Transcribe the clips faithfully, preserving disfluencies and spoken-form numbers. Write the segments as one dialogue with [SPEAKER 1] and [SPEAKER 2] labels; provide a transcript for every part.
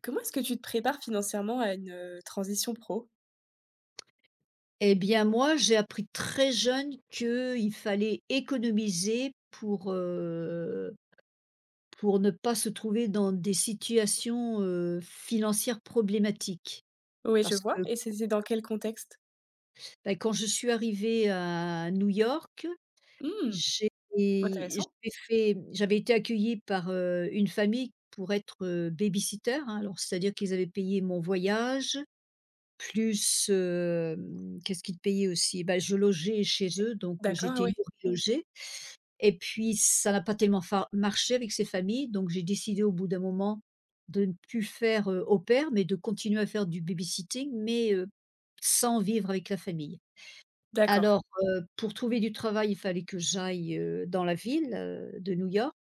[SPEAKER 1] Comment est-ce que tu te prépares financièrement à une, heu, transition pro?
[SPEAKER 2] Eh bien moi, j'ai appris très jeune qu'il fallait économiser pour, heu, pour ne pas se trouver dans des situations, heu, financières problématiques.
[SPEAKER 1] Oui, je
[SPEAKER 2] Parce
[SPEAKER 1] vois.
[SPEAKER 2] que,
[SPEAKER 1] Et c'était dans quel contexte?
[SPEAKER 2] bah, quand je suis arrivée à New York,
[SPEAKER 1] Mmh,
[SPEAKER 2] j'ai
[SPEAKER 1] intéressant.
[SPEAKER 2] j'ai fait j'avais été accueillie par, heu, une famille pour être, heu, baby-sitter, hein. Alors c'est-à-dire qu'ils avaient payé mon voyage, plus, hem, qu'est-ce qu'ils payaient aussi? Bah, je logeais chez eux, donc euh,
[SPEAKER 1] D'accord, ah
[SPEAKER 2] j'étais
[SPEAKER 1] oui,
[SPEAKER 2] nourrie, logée. Et puis ça n'a pas tellement fa marché avec ces familles, donc j'ai décidé au bout d'un moment de ne plus faire, heu, au pair, mais de continuer à faire du babysitting, mais, heu, sans vivre avec la famille.
[SPEAKER 1] d'accord.
[SPEAKER 2] Alors, heu, pour trouver du travail, il fallait que j'aille, heu, dans la ville, heu, de New York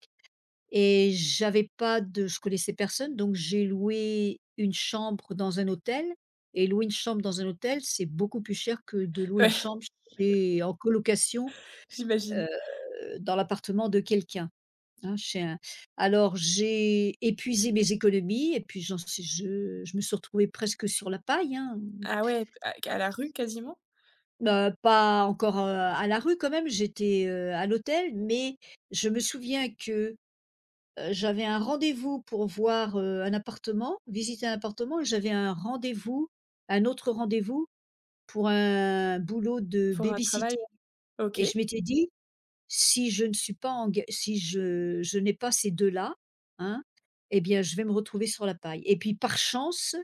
[SPEAKER 2] et j'avais pas de je connaissais personne, donc j'ai loué une chambre dans un hôtel et louer une chambre dans un hôtel, c'est beaucoup plus cher que de louer
[SPEAKER 1] Ouais,
[SPEAKER 2] une chambre chez en colocation,
[SPEAKER 1] j'imagine.
[SPEAKER 2] heu, dans l'appartement de quelqu'un. Hein, j'ai un alors j'ai épuisé mes économies et puis j'en suis je je me suis retrouvée presque sur la paille, hein.
[SPEAKER 1] Ah ouais, à à la rue quasiment?
[SPEAKER 2] Mmh, pas encore, heu, à la rue quand même, j'étais, heu, à l'hôtel, mais je me souviens que, heu, j'avais un rendez-vous pour voir, heu, un appartement, visiter un appartement et j'avais un rendez-vous un autre rendez-vous pour un boulot de
[SPEAKER 1] Pour un travail?
[SPEAKER 2] baby-sitting
[SPEAKER 1] OK.
[SPEAKER 2] et je m'étais dit: Si je ne suis pas enga si je je n'ai pas ces deux là, hein, eh bien, je vais me retrouver sur la paille et puis par chance,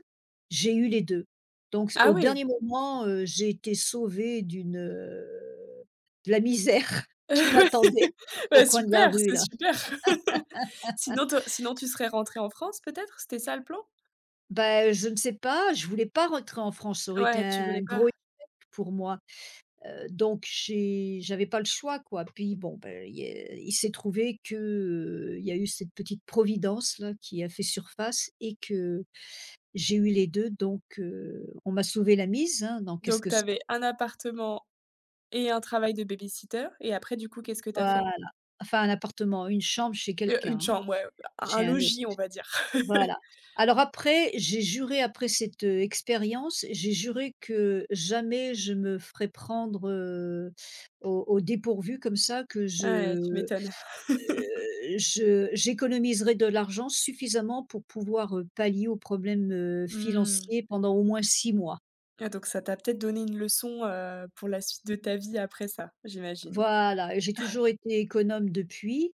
[SPEAKER 2] j'ai eu les deux. Donc
[SPEAKER 1] Ah
[SPEAKER 2] au
[SPEAKER 1] oui!
[SPEAKER 2] dernier moment, heu, j'ai été sauvée d'une, heu, de la misère qui m'attendait au
[SPEAKER 1] Bah,
[SPEAKER 2] coin de la
[SPEAKER 1] super,
[SPEAKER 2] rue
[SPEAKER 1] c'est
[SPEAKER 2] là.
[SPEAKER 1] super. Sinon tu sinon tu serais rentrée en France peut-être? C'était ça le plan?
[SPEAKER 2] Ben je ne sais pas, je voulais pas rentrer en France, ça aurait été
[SPEAKER 1] Ouais, tu
[SPEAKER 2] un
[SPEAKER 1] voulais
[SPEAKER 2] gros
[SPEAKER 1] pas.
[SPEAKER 2] hic pour moi. Heu, donc j'ai j'avais pas le choix, quoi. Puis bon, beh, il est il s'est trouvé que, heu, il y a eu cette petite providence là qui a fait surface et que j'ai eu les deux donc heu, on m'a sauvé la mise, hein, dans qu'est-ce
[SPEAKER 1] Donc
[SPEAKER 2] que
[SPEAKER 1] tu
[SPEAKER 2] ça?
[SPEAKER 1] avais un appartement et un travail de baby-sitter, et après du coup qu'est-ce que tu as fait?
[SPEAKER 2] Voilà. Enfin un appartement, une chambre chez
[SPEAKER 1] Heu, une
[SPEAKER 2] quelqu'un, hein,
[SPEAKER 1] chambre, ouais, un
[SPEAKER 2] chez un autre.
[SPEAKER 1] logis on va dire.
[SPEAKER 2] Voilà. Alors après, j'ai juré après cette, heu, expérience, j'ai juré que jamais je me ferais prendre, heu, au au dépourvu comme ça. Que
[SPEAKER 1] Ah ouais, tu
[SPEAKER 2] je
[SPEAKER 1] m'étonnes.
[SPEAKER 2] Heu, je j'économiserai de l'argent suffisamment pour pouvoir, heu, pallier aux problèmes, heu,
[SPEAKER 1] Mmh.
[SPEAKER 2] financiers pendant au moins six mois.
[SPEAKER 1] Ah, donc ça t'a peut-être donné une leçon, heu, pour la suite de ta vie après ça, j'imagine?
[SPEAKER 2] Voilà, j'ai toujours été économe depuis.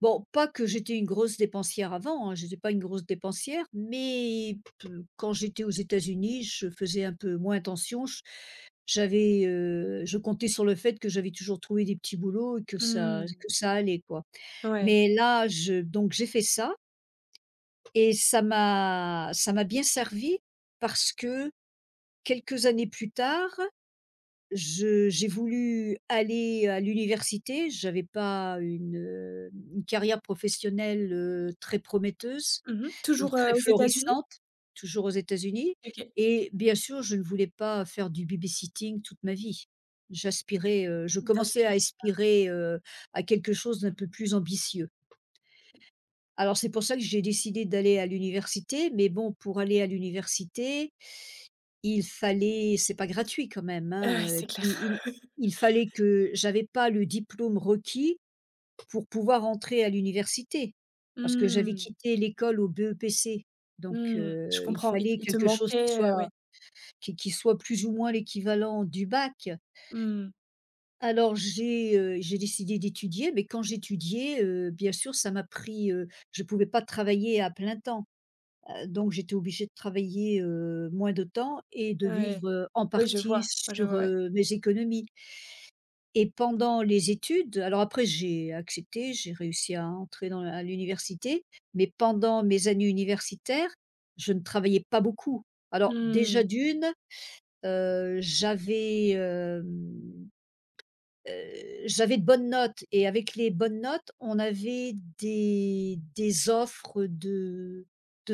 [SPEAKER 2] Bon, pas que j'étais une grosse dépensière avant, hein, je n'étais pas une grosse dépensière, mais p quand j'étais aux États-Unis, je faisais un peu moins attention. J j'avais, heu, je comptais sur le fait que j'avais toujours trouvé des petits boulots et que ça que
[SPEAKER 1] Mmh.
[SPEAKER 2] ça allait, quoi.
[SPEAKER 1] Ouais.
[SPEAKER 2] Mais là, je donc j'ai fait ça. Et ça m'a ça m'a bien servi parce que quelques années plus tard, je j'ai voulu aller à l'université. J'avais pas une, heu, une carrière professionnelle, heu, très prometteuse
[SPEAKER 1] Mmh.
[SPEAKER 2] ou
[SPEAKER 1] Toujours, heu,
[SPEAKER 2] très
[SPEAKER 1] aux États-Unis?
[SPEAKER 2] florissante, toujours aux États-Unis,
[SPEAKER 1] OK.
[SPEAKER 2] et bien sûr, je ne voulais pas faire du babysitting toute ma vie. J'aspirais, heu, je
[SPEAKER 1] Il t'a
[SPEAKER 2] commençais à
[SPEAKER 1] inspiré.
[SPEAKER 2] aspirer, heu, à quelque chose d'un peu plus ambitieux. Alors c'est pour ça que j'ai décidé d'aller à l'université, mais bon, pour aller à l'université, il fallait c'est pas gratuit quand même,
[SPEAKER 1] Ah ouais,
[SPEAKER 2] hein, heu,
[SPEAKER 1] c'est clair.
[SPEAKER 2] il il il fallait que j'avais pas le diplôme requis pour pouvoir entrer à l'université. Parce que j'avais
[SPEAKER 1] Mmh.
[SPEAKER 2] quitté l'école au B E P C, donc
[SPEAKER 1] Mmh. Je
[SPEAKER 2] heu, il
[SPEAKER 1] comprends. Il
[SPEAKER 2] fallait
[SPEAKER 1] il te
[SPEAKER 2] quelque chose qui
[SPEAKER 1] manquait, heu,
[SPEAKER 2] soit
[SPEAKER 1] ouais.
[SPEAKER 2] qui qui soit plus ou moins l'équivalent du bac.
[SPEAKER 1] Mmh.
[SPEAKER 2] Alors j'ai, heu, j'ai décidé d'étudier, mais quand j'étudiais, heu, bien sûr ça m'a pris, heu, je pouvais pas travailler à plein temps. Heu, donc j'étais obligée de travailler, heu, moins de temps et de
[SPEAKER 1] Ouais.
[SPEAKER 2] vivre, heu, en
[SPEAKER 1] Oui, je vois.
[SPEAKER 2] partie
[SPEAKER 1] Moi je
[SPEAKER 2] sur,
[SPEAKER 1] vois, ouais.
[SPEAKER 2] heu, mes économies et pendant les études. Alors après j'ai accepté, j'ai réussi à entrer dans la à l'université, mais pendant mes années universitaires, je ne travaillais pas beaucoup. Alors déjà
[SPEAKER 1] Mmh.
[SPEAKER 2] d'une heu, j'avais, hem, heu, j'avais de bonnes notes et avec les bonnes notes, on avait des des offres de de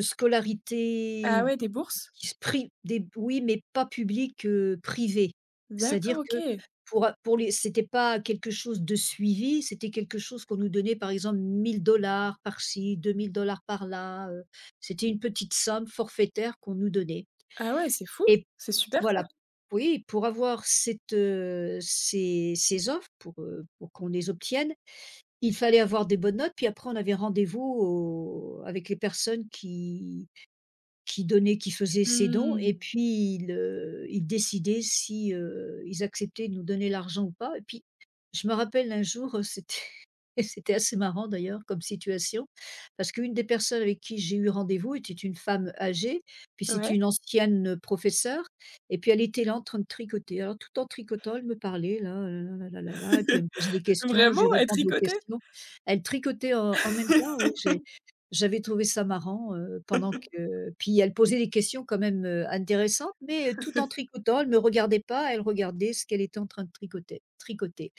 [SPEAKER 1] Ah
[SPEAKER 2] scolarité
[SPEAKER 1] ouais, des bourses?
[SPEAKER 2] qui se pri des oui, mais pas public, heu, privé.
[SPEAKER 1] D'accord,
[SPEAKER 2] C'est-à-dire que
[SPEAKER 1] OK.
[SPEAKER 2] pour a pour les c'était pas quelque chose de suivi, c'était quelque chose qu'on nous donnait par exemple mille dollars par-ci, deux mille dollars par-là, heu, c'était une petite somme forfaitaire qu'on nous donnait
[SPEAKER 1] Ah ouais, c'est fou.
[SPEAKER 2] et
[SPEAKER 1] C'est super ça.
[SPEAKER 2] voilà. Oui, pour avoir cette, heu, ces ces offres, pour, heu, pour qu'on les obtienne, il fallait avoir des bonnes notes, puis après on avait rendez-vous au avec les personnes qui qui donnait, qui faisait ses dons et
[SPEAKER 1] Mmh.
[SPEAKER 2] puis il, heu, il décidait si, heu, ils acceptaient de nous donner l'argent ou pas et puis je me rappelle un jour, euh, c'était. Et c'était assez marrant d'ailleurs comme situation, parce qu'une des personnes avec qui j'ai eu rendez-vous était une femme âgée, puis c'était
[SPEAKER 1] Ouais.
[SPEAKER 2] une ancienne professeure et puis elle était là en train de tricoter. Alors tout en tricotant, elle me parlait là, là là là la la et puis elle me posait des questions, je lui
[SPEAKER 1] Vraiment? Être
[SPEAKER 2] répondais aux
[SPEAKER 1] tricoté.
[SPEAKER 2] questions. Elle tricotait en en même temps, oui, j'ai j'avais trouvé ça marrant, heu, pendant que puis elle posait des questions quand même, heu, intéressantes, mais euh, tout en tricotant, elle ne me regardait pas, elle regardait ce qu'elle était en train de tricoter tricoter.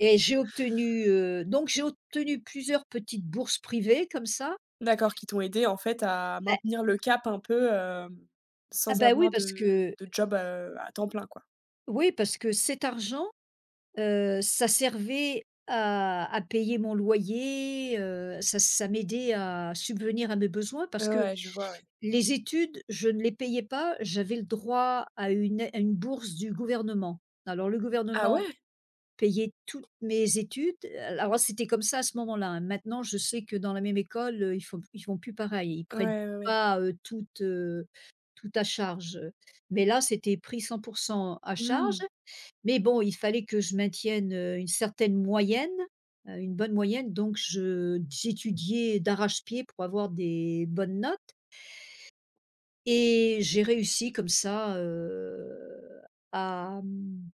[SPEAKER 2] Et j'ai obtenu, heu, donc j'ai obtenu plusieurs petites bourses privées comme ça.
[SPEAKER 1] D'accord, qui t'ont aidé en fait à
[SPEAKER 2] Bah,
[SPEAKER 1] maintenir le cap un peu, hem,
[SPEAKER 2] ah
[SPEAKER 1] sans
[SPEAKER 2] bah, oui
[SPEAKER 1] avoir
[SPEAKER 2] parce
[SPEAKER 1] de
[SPEAKER 2] que
[SPEAKER 1] de job, heu, à temps plein, quoi?
[SPEAKER 2] oui parce que cet argent, heu, ça servait à à payer mon loyer, heu, ça ça m'aidait à subvenir à mes besoins parce
[SPEAKER 1] Ouais,
[SPEAKER 2] que
[SPEAKER 1] ouais, je vois, ouais.
[SPEAKER 2] les études, je ne les payais pas, j'avais le droit à une à une bourse du gouvernement. Alors le
[SPEAKER 1] Ah ouais?
[SPEAKER 2] gouvernement payer toutes mes études. Alors c'était comme ça à ce moment-là, hein. Maintenant, je sais que dans la même école, heu, ils font ils font plus pareil. Ils
[SPEAKER 1] Ouais,
[SPEAKER 2] prennent
[SPEAKER 1] ouais, ouais.
[SPEAKER 2] pas, heu, tout, heu, tout à charge, mais là, c'était pris cent à
[SPEAKER 1] Mmh.
[SPEAKER 2] charge. Mais bon, il fallait que je maintienne, heu, une certaine moyenne, heu, une bonne moyenne, donc je j'étudiais d'arrache-pied pour avoir des bonnes notes et j'ai réussi comme ça, heu, à, mmh,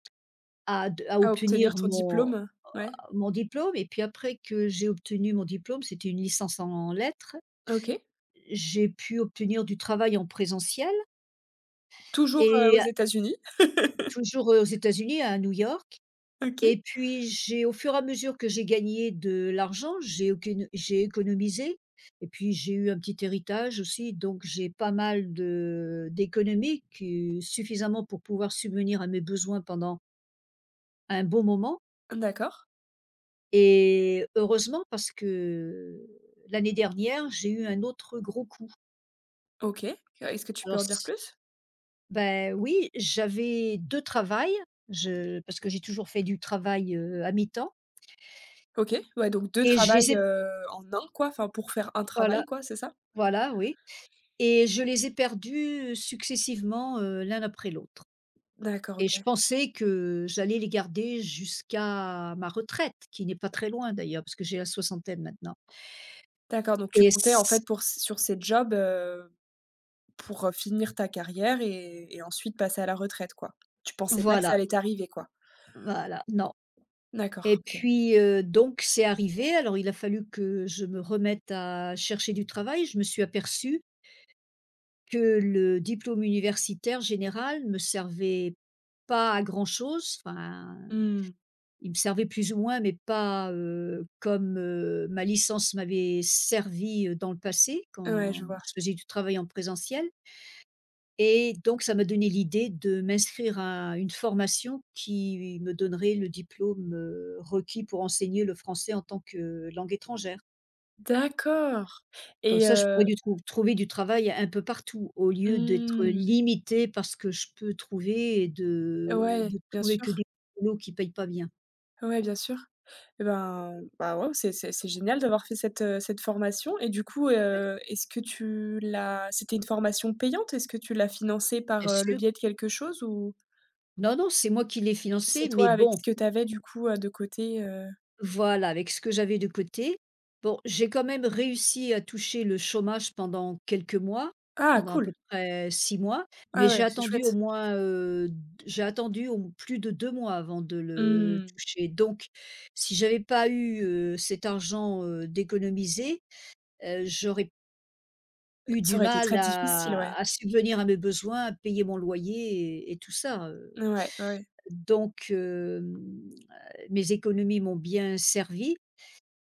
[SPEAKER 2] à à
[SPEAKER 1] À obtenir
[SPEAKER 2] obtenir
[SPEAKER 1] ton
[SPEAKER 2] mon
[SPEAKER 1] diplôme, ouais.
[SPEAKER 2] mon diplôme et puis après que j'ai obtenu mon diplôme, c'était une licence en lettres,
[SPEAKER 1] OK.
[SPEAKER 2] j'ai pu obtenir du travail en présentiel
[SPEAKER 1] Toujours, heu, aux
[SPEAKER 2] et
[SPEAKER 1] États-Unis?
[SPEAKER 2] toujours, heu, aux États-Unis, à New York
[SPEAKER 1] OK.
[SPEAKER 2] et puis j'ai au fur et à mesure que j'ai gagné de l'argent, j'ai aucune j'ai économisé et puis j'ai eu un petit héritage aussi, donc j'ai pas mal de d'économies qui suffisamment pour pouvoir subvenir à mes besoins pendant un bon moment.
[SPEAKER 1] D'accord.
[SPEAKER 2] Et heureusement parce que l'année dernière, j'ai eu un autre gros coup.
[SPEAKER 1] OK. Est-ce que tu peux
[SPEAKER 2] Alors
[SPEAKER 1] en dire
[SPEAKER 2] c
[SPEAKER 1] plus?
[SPEAKER 2] ben oui, j'avais deux travails, je parce que j'ai toujours fait du travail, heu, à mi-temps
[SPEAKER 1] OK. Ouais, donc deux
[SPEAKER 2] et je les
[SPEAKER 1] travails,
[SPEAKER 2] ai
[SPEAKER 1] heu, en un, quoi, enfin pour faire un travail
[SPEAKER 2] voilà,
[SPEAKER 1] quoi, c'est ça?
[SPEAKER 2] voilà, oui et je les ai perdus successivement, heu, l'un après l'autre
[SPEAKER 1] D'accord,
[SPEAKER 2] et
[SPEAKER 1] OK.
[SPEAKER 2] je pensais que j'allais les garder jusqu'à ma retraite, qui n'est pas très loin d'ailleurs, parce que j'ai la soixantaine maintenant
[SPEAKER 1] D'accord, donc tu
[SPEAKER 2] et
[SPEAKER 1] comptais en fait
[SPEAKER 2] c
[SPEAKER 1] pour sur ces jobs. Pour, heu, finir ta carrière et et ensuite passer à la retraite, quoi. Tu pensais pas que ça
[SPEAKER 2] voilà,
[SPEAKER 1] allait t'arriver, quoi?
[SPEAKER 2] voilà, non.
[SPEAKER 1] D'accord,
[SPEAKER 2] Et
[SPEAKER 1] OK.
[SPEAKER 2] puis, heu, donc c'est arrivé, alors il a fallu que je me remette à chercher du travail. Je me suis aperçue que le diplôme universitaire général me servait pas à grand chose. Enfin,
[SPEAKER 1] Mmh.
[SPEAKER 2] il me servait plus ou moins, mais pas, heu, comme, heu, ma licence m'avait servi, heu, dans le passé
[SPEAKER 1] Ouais, je
[SPEAKER 2] quand
[SPEAKER 1] vois.
[SPEAKER 2] je faisais du travail en présentiel. Et donc ça m'a donné l'idée de m'inscrire à une formation qui me donnerait le diplôme, heu, requis pour enseigner le français en tant que langue étrangère.
[SPEAKER 1] D'accord
[SPEAKER 2] Comme
[SPEAKER 1] et
[SPEAKER 2] ça, je pourrais
[SPEAKER 1] heu
[SPEAKER 2] du trou trouver du travail un peu partout, au lieu d'être
[SPEAKER 1] mmh.
[SPEAKER 2] limitée par ce que je peux trouver et de
[SPEAKER 1] Ouais,
[SPEAKER 2] de
[SPEAKER 1] bien
[SPEAKER 2] trouver que
[SPEAKER 1] sûr.
[SPEAKER 2] des boulots qui ne payent pas bien.
[SPEAKER 1] Ouais, bien sûr. Et ben, bah, ouais, c'est c'est c'est génial d'avoir fait cette, heu, cette formation et du coup,
[SPEAKER 2] Ouais,
[SPEAKER 1] heu, est-ce que tu l'as c'était une formation payante? Est-ce que tu l'as financée
[SPEAKER 2] bien
[SPEAKER 1] par, heu, le
[SPEAKER 2] sûr.
[SPEAKER 1] biais de quelque chose ou
[SPEAKER 2] Non, non, c'est moi qui l'ai
[SPEAKER 1] c'est
[SPEAKER 2] financé, mais
[SPEAKER 1] toi avec ce
[SPEAKER 2] bon.
[SPEAKER 1] que tu avais, du coup, heu, de côté, heu?
[SPEAKER 2] Voilà, avec ce que j'avais de côté. Bon, j'ai quand même réussi à toucher le chômage pendant quelques mois,
[SPEAKER 1] Ah
[SPEAKER 2] pendant à peu
[SPEAKER 1] cool!
[SPEAKER 2] près six mois,
[SPEAKER 1] Ah
[SPEAKER 2] mais
[SPEAKER 1] ouais,
[SPEAKER 2] j'ai
[SPEAKER 1] c'est
[SPEAKER 2] attendu au
[SPEAKER 1] chouette.
[SPEAKER 2] moins, heu, d j'ai attendu au plus de deux mois avant de le
[SPEAKER 1] Mmh.
[SPEAKER 2] toucher. Donc si j'avais pas eu, heu, cet argent, heu, d'économiser, heu, j'aurais eu
[SPEAKER 1] Ça
[SPEAKER 2] du
[SPEAKER 1] aurait été
[SPEAKER 2] mal
[SPEAKER 1] très difficile, ouais.
[SPEAKER 2] à à subvenir à mes besoins, à payer mon loyer et et tout ça, heu,
[SPEAKER 1] Ouais, ouais.
[SPEAKER 2] donc hem, mes économies m'ont bien servie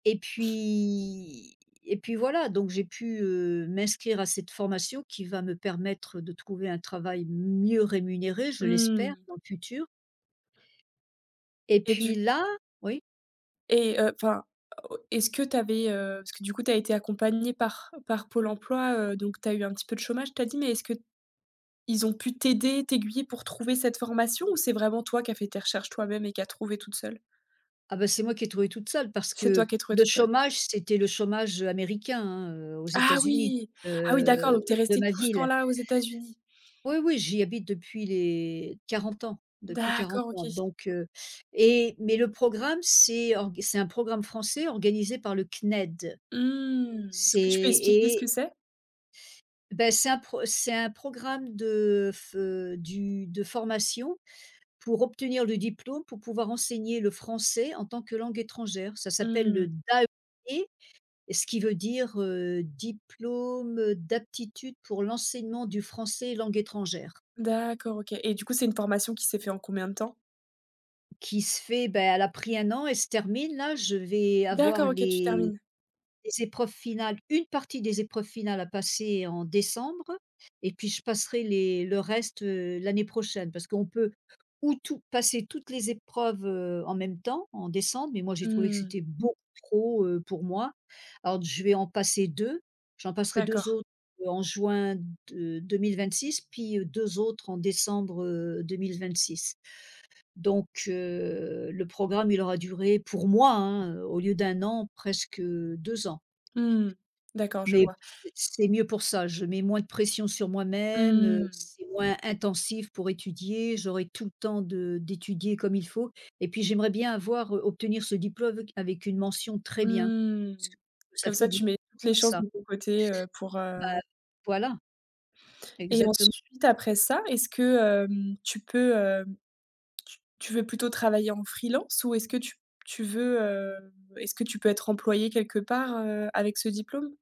[SPEAKER 2] et puis et puis voilà, donc j'ai pu, heu, m'inscrire à cette formation qui va me permettre de trouver un travail mieux rémunéré, je
[SPEAKER 1] Mmh.
[SPEAKER 2] l'espère, dans le futur. Et
[SPEAKER 1] Et du
[SPEAKER 2] puis là oui?
[SPEAKER 1] et heu, enfin, o est-ce que tu avais, heu, parce que du coup, tu as été accompagnée par par Pôle emploi, heu, donc tu as eu un petit peu de chômage, tu as dit, mais est-ce qu'ils ont pu t'aider, t'aiguiller pour trouver cette formation, ou c'est vraiment toi qui as fait tes recherches toi-même et qui as trouvé toute seule?
[SPEAKER 2] Ah ben c'est moi qui ai trouvé toute seule parce
[SPEAKER 1] C'est toi
[SPEAKER 2] que
[SPEAKER 1] qui as trouvé
[SPEAKER 2] le
[SPEAKER 1] toute seule?
[SPEAKER 2] chômage, c'était le chômage américain, hein, heu, aux
[SPEAKER 1] Ah
[SPEAKER 2] États-Unis,
[SPEAKER 1] oui! Ah oui, d'accord,
[SPEAKER 2] heu,
[SPEAKER 1] donc tu es
[SPEAKER 2] de
[SPEAKER 1] restée
[SPEAKER 2] ma
[SPEAKER 1] tout ce
[SPEAKER 2] ville.
[SPEAKER 1] temps-là aux États-Unis?
[SPEAKER 2] Oui, oui, j'y habite depuis les quarante ans, depuis quarante
[SPEAKER 1] D'accord,
[SPEAKER 2] ans
[SPEAKER 1] OK.
[SPEAKER 2] donc heu et mais le programme, c'est org c'est un programme français organisé par le C N E D.
[SPEAKER 1] Mmh. Est-ce
[SPEAKER 2] C'est
[SPEAKER 1] que tu peux expliquer ce que
[SPEAKER 2] et
[SPEAKER 1] c'est?
[SPEAKER 2] ben c'est un pro c'est un programme de f heu, du de formation pour obtenir le diplôme, pour pouvoir enseigner le français en tant que langue étrangère. Ça s'appelle le
[SPEAKER 1] Mmh.
[SPEAKER 2] D A E P, ce qui veut dire, heu, diplôme d'aptitude pour l'enseignement du français langue étrangère,
[SPEAKER 1] D'accord, OK. Et du coup, c'est une formation qui s'est fait en combien de temps?
[SPEAKER 2] qui se fait, ben elle a pris un an, et se termine là. Je vais avoir
[SPEAKER 1] D'accord, OK, tu
[SPEAKER 2] les
[SPEAKER 1] termines.
[SPEAKER 2] Les épreuves finales, une partie des épreuves finales à passer en décembre et puis je passerai les le reste, heu, l'année prochaine. Parce qu'on peut ou tout passer toutes les épreuves, heu, en même temps, en décembre, mais moi j'ai trouvé que
[SPEAKER 1] Mmh.
[SPEAKER 2] c'était beaucoup trop, heu, pour moi. Alors je vais en passer deux, j'en passerai deux
[SPEAKER 1] D'accord.
[SPEAKER 2] autres, heu, en juin de deux mille vingt-six, puis, heu, deux autres en décembre, heu, deux mille vingt-six. Donc, heu, le programme il aura duré pour moi, hein, au lieu d'un an, presque, deux ans.
[SPEAKER 1] Mmh. D'accord, je
[SPEAKER 2] Mais
[SPEAKER 1] vois.
[SPEAKER 2] c'est c'est mieux pour ça. Je mets moins de pression sur moi-même, heu,
[SPEAKER 1] Mmh.
[SPEAKER 2] c'est moins intensif pour étudier, j'aurai tout le temps de d'étudier comme il faut et puis j'aimerais bien avoir, heu, obtenir ce diplôme avec avec une mention très bien.
[SPEAKER 1] Mmh.
[SPEAKER 2] Parce que ça
[SPEAKER 1] Comme ça,
[SPEAKER 2] fait bien
[SPEAKER 1] tu mets toutes les chances
[SPEAKER 2] ça.
[SPEAKER 1] de ton côté, heu, pour,
[SPEAKER 2] Bah,
[SPEAKER 1] heu.
[SPEAKER 2] voilà,
[SPEAKER 1] Et
[SPEAKER 2] exactement.
[SPEAKER 1] ensuite, après ça, est-ce que, hem, tu peux, hem, tu tu veux plutôt travailler en freelance, ou est-ce que tu tu veux, heu, est-ce que tu peux être employé quelque part, heu, avec ce diplôme?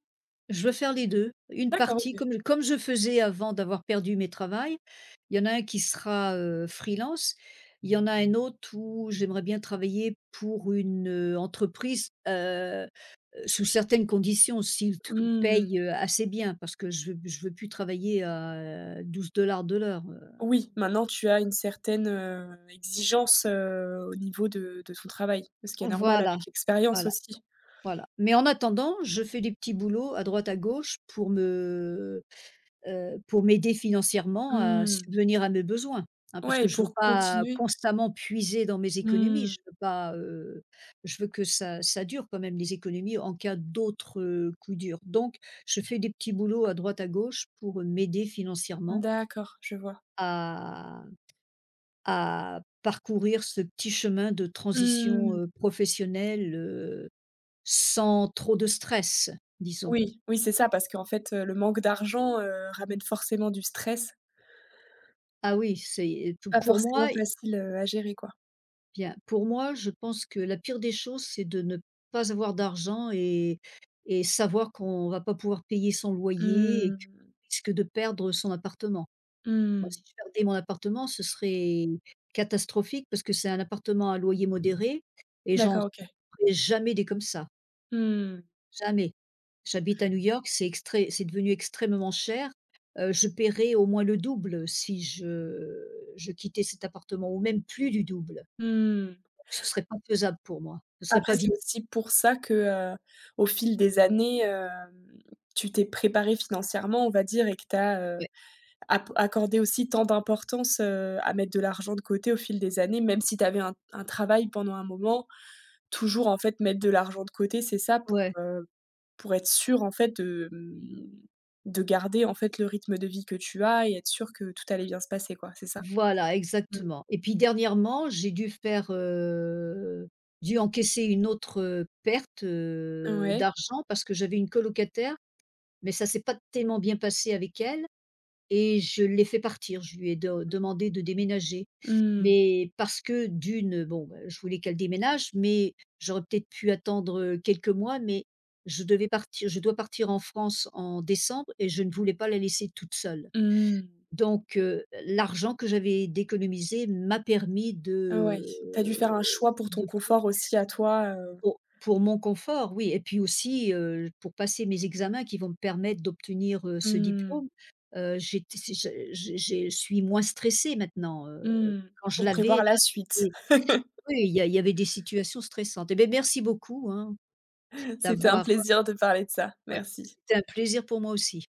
[SPEAKER 2] Je veux faire les deux. Une
[SPEAKER 1] D'accord,
[SPEAKER 2] partie
[SPEAKER 1] OK.
[SPEAKER 2] comme comme je faisais avant d'avoir perdu mes travails. Il y en a un qui sera, heu, freelance, il y en a un autre où j'aimerais bien travailler pour une, heu, entreprise, heu, sous certaines conditions, s'ils te
[SPEAKER 1] Mmh.
[SPEAKER 2] payent, heu, assez bien parce que je veux je veux plus travailler à douze dollars de l'heure, heu,
[SPEAKER 1] Oui, maintenant tu as une certaine, heu, exigence, heu, au niveau de de ton travail, ce qui est normal
[SPEAKER 2] voilà,
[SPEAKER 1] avec l'expérience
[SPEAKER 2] voilà,
[SPEAKER 1] aussi.
[SPEAKER 2] voilà. Mais en attendant, je fais des petits boulots à droite à gauche pour me, heu, pour m'aider financièrement à
[SPEAKER 1] Mmh.
[SPEAKER 2] subvenir à mes besoins, hein, parce
[SPEAKER 1] Ouais,
[SPEAKER 2] que
[SPEAKER 1] et
[SPEAKER 2] je veux
[SPEAKER 1] pour
[SPEAKER 2] pas
[SPEAKER 1] continuer
[SPEAKER 2] constamment puiser dans mes économies.
[SPEAKER 1] mmh.
[SPEAKER 2] Je veux pas, heu, Je veux que ça ça dure quand même les économies en cas d'autres, heu, coups durs. Donc je fais des petits boulots à droite à gauche pour m'aider financièrement,
[SPEAKER 1] D'accord, je vois.
[SPEAKER 2] à à parcourir ce petit chemin de transition,
[SPEAKER 1] Mmh.
[SPEAKER 2] heu, professionnelle, heu, sans trop de stress, disons.
[SPEAKER 1] Oui, oui, c'est ça, parce qu'en fait, heu, le manque d'argent, heu, ramène forcément du stress,
[SPEAKER 2] Ah oui, c'est pou
[SPEAKER 1] pas
[SPEAKER 2] pour
[SPEAKER 1] forcément
[SPEAKER 2] moi, eh
[SPEAKER 1] facile, heu, à gérer, quoi.
[SPEAKER 2] bien, pour moi, je pense que la pire des choses, c'est de ne pas avoir d'argent et et savoir qu'on va pas pouvoir payer son loyer et
[SPEAKER 1] Mmh.
[SPEAKER 2] qu'on risque de perdre son appartement. Moi, si
[SPEAKER 1] Mmh.
[SPEAKER 2] je perdais mon appartement, ce serait catastrophique parce que c'est un appartement à loyer modéré et j'en
[SPEAKER 1] D'accord, OK.
[SPEAKER 2] trouverai jamais des comme ça.
[SPEAKER 1] Mmh.
[SPEAKER 2] Jamais. J'habite à New York, c'est extré c'est devenu extrêmement cher. Heu, je paierais au moins le double si je je quittais cet appartement ou même plus du double.
[SPEAKER 1] Mmh.
[SPEAKER 2] Ce serait pas faisable pour moi. Ce serait
[SPEAKER 1] Après
[SPEAKER 2] pas
[SPEAKER 1] c'est
[SPEAKER 2] viable.
[SPEAKER 1] aussi pour ça que, heu, au fil des années, hem, tu t'es préparé financièrement, on va dire, et que tu as,
[SPEAKER 2] Ouais,
[SPEAKER 1] app accorder aussi tant d'importance, heu, à mettre de l'argent de côté au fil des années, même si tu avais un un travail pendant un moment, toujours, en fait, mettre de l'argent de côté, c'est ça pour,
[SPEAKER 2] ouais,
[SPEAKER 1] heu, pour être sûr, en fait, de, mmh, de garder, en fait, le rythme de vie que tu as, et être sûr que tout allait bien se passer, quoi, c'est ça?
[SPEAKER 2] voilà, exactement. Et puis dernièrement, j'ai dû faire, heu, dû encaisser une autre, heu, perte,
[SPEAKER 1] Mmh.
[SPEAKER 2] heu,
[SPEAKER 1] Ouais.
[SPEAKER 2] d'argent parce que j'avais une colocataire, mais ça s'est pas tellement bien passé avec elle. Et je l'ai fait partir, je lui ai de demandé de déménager.
[SPEAKER 1] Mmh.
[SPEAKER 2] Mais parce que d'une, bon, bah, je voulais qu'elle déménage, mais j'aurais peut-être pu attendre quelques mois, mais je devais partir je dois partir en France en décembre et je ne voulais pas la laisser toute seule.
[SPEAKER 1] Mmh.
[SPEAKER 2] Donc heu, l'argent que j'avais d'économiser m'a permis
[SPEAKER 1] Ouais.
[SPEAKER 2] de,
[SPEAKER 1] T'as dû
[SPEAKER 2] heu,
[SPEAKER 1] faire un choix pour ton
[SPEAKER 2] de
[SPEAKER 1] confort aussi à toi, heu.
[SPEAKER 2] pour pour mon confort, oui et puis aussi, heu, pour passer mes examens qui vont me permettre d'obtenir, heu, ce
[SPEAKER 1] Mmh.
[SPEAKER 2] diplôme, heu, j'étais j'ai j'ai j'ai je suis moins stressée maintenant, heu,
[SPEAKER 1] Mmh.
[SPEAKER 2] quand je
[SPEAKER 1] Pour
[SPEAKER 2] l'avais
[SPEAKER 1] prévoir la
[SPEAKER 2] là,
[SPEAKER 1] suite.
[SPEAKER 2] c'était, oui, il y a il y avait des situations stressantes. Eh beh, merci beaucoup, hein,
[SPEAKER 1] C'était un
[SPEAKER 2] d'avoir,
[SPEAKER 1] plaisir de parler de ça.
[SPEAKER 2] ouais,
[SPEAKER 1] Merci.
[SPEAKER 2] c'était un plaisir pour moi aussi.